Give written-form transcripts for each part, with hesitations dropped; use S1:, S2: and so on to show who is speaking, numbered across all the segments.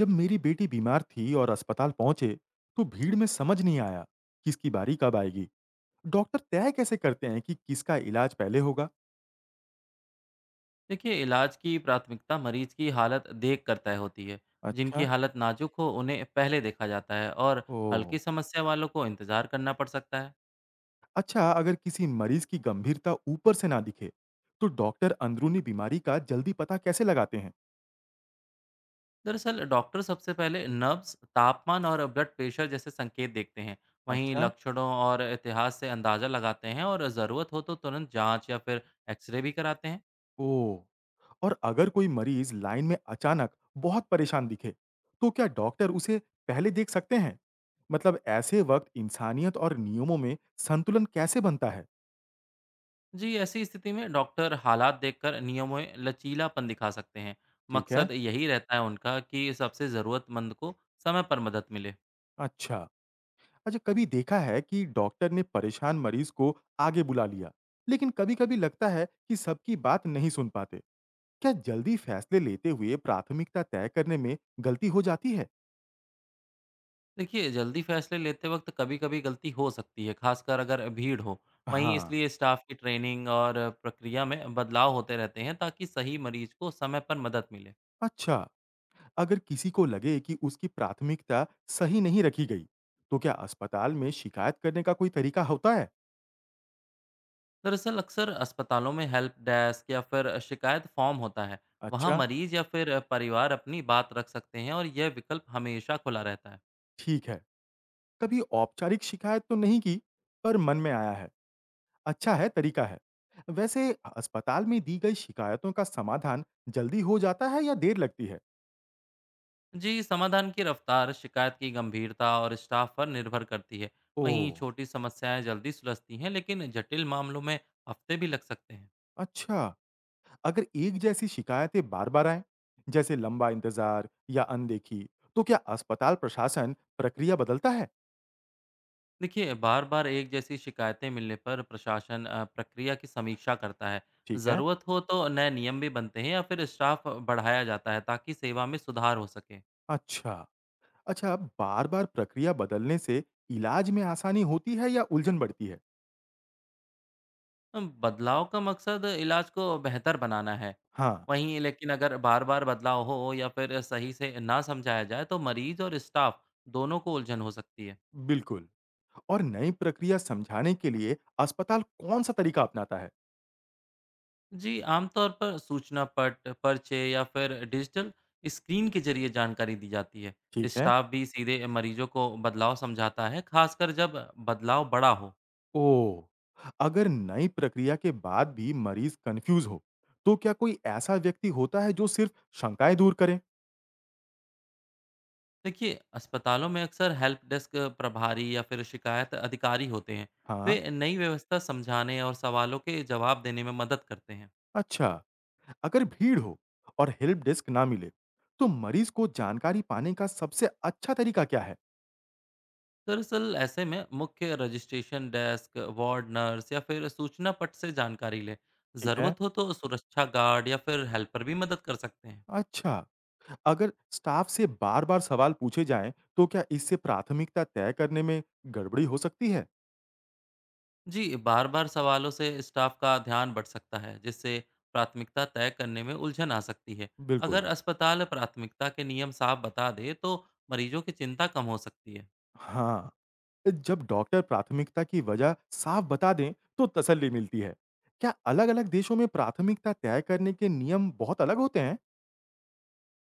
S1: जब मेरी बेटी बीमार थी और अस्पताल पहुंचे तो भीड़ में समझ नहीं आया किसकी बारी कब आएगी। डॉक्टर तय कैसे करते हैं कि किसका इलाज पहले होगा?
S2: देखिए इलाज की प्राथमिकता मरीज की हालत देख कर तय होती है। जिनकी
S1: अच्छा।
S2: हालत नाजुक हो उन्हें पहले देखा जाता है और
S1: ओ।
S2: हल्की समस्या वालों को इंतजार करना पड़ सकता है।
S1: अच्छा, अगर किसी मरीज की गंभीरता ऊपर से ना दिखे तो डॉक्टर अंदरूनी बीमारी का जल्दी पता कैसे लगाते हैं?
S2: दरअसल डॉक्टर सबसे पहले नब्स तापमान और ब्लड प्रेशर जैसे संकेत देखते हैं। वहीं
S1: अच्छा।
S2: लक्षणों और इतिहास से अंदाजा लगाते हैं और ज़रूरत हो तो तुरंत जांच या फिर एक्सरे भी कराते हैं।
S1: ओ। और अगर कोई मरीज लाइन में अचानक बहुत परेशान दिखे तो क्या डॉक्टर उसे पहले देख सकते हैं? मतलब ऐसे वक्त इंसानियत और नियमों में संतुलन कैसे बनता है?
S2: जी ऐसी स्थिति में डॉक्टर हालात देखकर नियमों में लचीलापन दिखा सकते हैं।
S1: ठीक है।
S2: मकसद यही रहता है उनका कि सबसे ज़रूरतमंद को समय पर मदद मिले।
S1: अच्छा। अच्छा, कभी देखा है कि डॉक्टर ने परेशान मरीज को आगे बुला लिया, लेकिन कभी-कभी लगता है कि सबकी बात नहीं सुन पाते। क्या जल्दी फैसले लेते हुए प्राथमिकता तय करने में गलती हो जाती है?
S2: देखिए, जल्दी फैसले लेते वक़्त कभी-कभी गलती हो सकती है, खासकर अगर भीड़ हो। वहीं
S1: हाँ।
S2: इसलिए स्टाफ की ट्रेनिंग और प्रक्रिया में बदलाव होते रहते हैं ताकि सही मरीज को समय पर मदद मिले।
S1: अच्छा, अगर किसी को लगे कि उसकी प्राथमिकता सही नहीं रखी गई, तो क्या अस्पताल में शिकायत करने का कोई तरीका होता है?
S2: दरअसल अक्सर अस्पतालों में हेल्प डेस्क या फिर शिकायत फॉर्म होता है। वहाँ
S1: अच्छा।
S2: मरीज या फिर परिवार अपनी बात रख सकते हैं और यह विकल्प हमेशा खुला रहता है।
S1: ठीक है। कभी औपचारिक शिकायत तो नहीं की, पर मन में आया है। अच्छा है, तरीका है। वैसे अस्पताल में दी गई शिकायतों का समाधान जल्दी हो जाता है या देर लगती है?
S2: जी, समाधान की रफ्तार, शिकायत की गंभीरता और स्टाफ पर निर्भर करती है। वहीं
S1: ओह।
S2: छोटी समस्याएँ जल्दी सुलझती हैं, लेकिन जटिल मामलों में हफ्ते भी लग सकते हैं।
S1: अच्छा, अगर एक जैसी शिकायतें बार-बार आएँ, जैसे लंबा इंतजार या अनदेखी, तो क्या अस्पताल प्रशासन प्रक्रिया बदलता है?
S2: देखिए बार बार एक जैसी शिकायतें मिलने पर प्रशासन प्रक्रिया की समीक्षा करता है।
S1: ठीक है।
S2: ज़रूरत हो तो नए नियम भी बनते हैं या फिर स्टाफ बढ़ाया जाता है ताकि सेवा में सुधार हो सके।
S1: अच्छा। अच्छा, बार-बार प्रक्रिया बदलने से इलाज में आसानी होती है या उलझन बढ़ती है?
S2: बदलाव का मकसद इलाज को बेहतर बनाना है।
S1: हाँ।
S2: वहीं लेकिन अगर बार बार बदलाव हो या फिर सही से ना समझाया जाए तो मरीज और स्टाफ दोनों को उलझन हो सकती है।
S1: बिल्कुल। और नई प्रक्रिया समझाने के लिए अस्पताल कौन-सा तरीका अपनाता है?
S2: जी, आमतौर पर सूचना पट, पर्चे या फिर डिजिटल स्क्रीन के ज़रिए जानकारी दी जाती है।
S1: ठीक है।
S2: स्टाफ भी सीधे मरीजों को बदलाव समझाता है, खासकर जब बदलाव बड़ा हो।
S1: ओह! अगर नई प्रक्रिया के बाद भी मरीज कंफ्यूज हो, तो क्या कोई ऐसा व्यक्ति होता है जो सिर्फ शंकाएँ दूर करे?
S2: देखिए, अस्पतालों में अक्सर हेल्प डेस्क प्रभारी या फिर शिकायत अधिकारी होते हैं।
S1: हाँ।
S2: वे नई व्यवस्था समझाने और सवालों के जवाब देने में मदद करते हैं।
S1: अच्छा। अगर भीड़ हो और हेल्प डेस्क ना मिले, तो मरीज को जानकारी पाने का सबसे अच्छा तरीका क्या है?
S2: दरअसल ऐसे में मुख्य रजिस्ट्रेशन डेस्क, वार्ड नर्स या फिर सूचना पट से जानकारी लें।
S1: ठीक है।
S2: ज़रूरत हो तो सुरक्षा गार्ड या फिर हेल्पर भी मदद कर सकते हैं।
S1: अच्छा, अगर स्टाफ से बार-बार सवाल पूछे जाएँ, तो क्या इससे प्राथमिकता तय करने में गड़बड़ी हो सकती है?
S2: जी बार बार सवालों से स्टाफ का ध्यान बढ़ सकता है जिससे प्राथमिकता तय करने में उलझन आ सकती है।
S1: बिल्कुल।
S2: अगर अस्पताल प्राथमिकता के नियम साफ बता दे तो मरीजों की चिंता कम हो सकती है।
S1: हाँ। जब डॉक्टर प्राथमिकता की वजह साफ बता दें तो तसल्ली मिलती है। क्या अलग-अलग देशों में प्राथमिकता तय करने के नियम बहुत अलग होते हैं?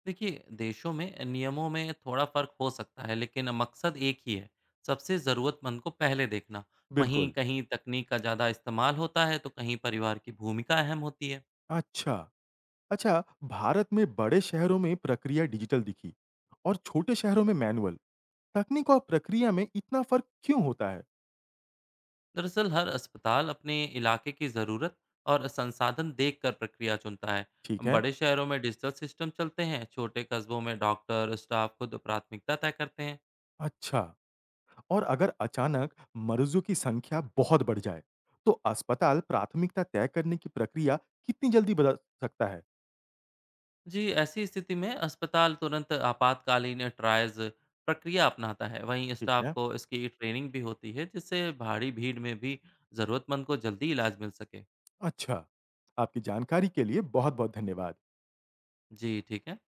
S2: देखिए देशों में नियमों में थोड़ा फर्क हो सकता है लेकिन मकसद एक ही है, सबसे ज़रूरतमंद को पहले देखना। वहीं
S1: बिल्कुल।
S2: कहीं तकनीक का ज़्यादा इस्तेमाल होता है तो कहीं परिवार की भूमिका अहम होती है।
S1: अच्छा। अच्छा, भारत में बड़े शहरों में प्रक्रिया डिजिटल दिखी और छोटे शहरों में मैनुअल। तकनीक और प्रक्रिया में इतना फर्क क्यों होता है?
S2: दरअसल हर अस्पताल अपने इलाके की ज़रूरत और संसाधन देखकर प्रक्रिया चुनता है।
S1: ठीक है।
S2: बड़े शहरों में डिजिटल सिस्टम चलते हैं, छोटे कस्बों में डॉक्टर स्टाफ खुद प्राथमिकता तय करते हैं।
S1: अच्छा। और अगर अचानक मरीजों की संख्या बहुत बढ़ जाए, तो अस्पताल प्राथमिकता तय करने की प्रक्रिया कितनी जल्दी बदल सकता है?
S2: जी ऐसी स्थिति में अस्पताल तुरंत आपातकालीन ट्रायज प्रक्रिया अपनाता है। वहीं
S1: ठीक
S2: स्टाफ
S1: है।
S2: को इसकी ट्रेनिंग भी होती है जिससे भारी भीड़ में भी ज़रूरतमंद को जल्दी इलाज मिल सके।
S1: अच्छा, आपकी जानकारी के लिए बहुत-बहुत धन्यवाद।
S2: जी ठीक है।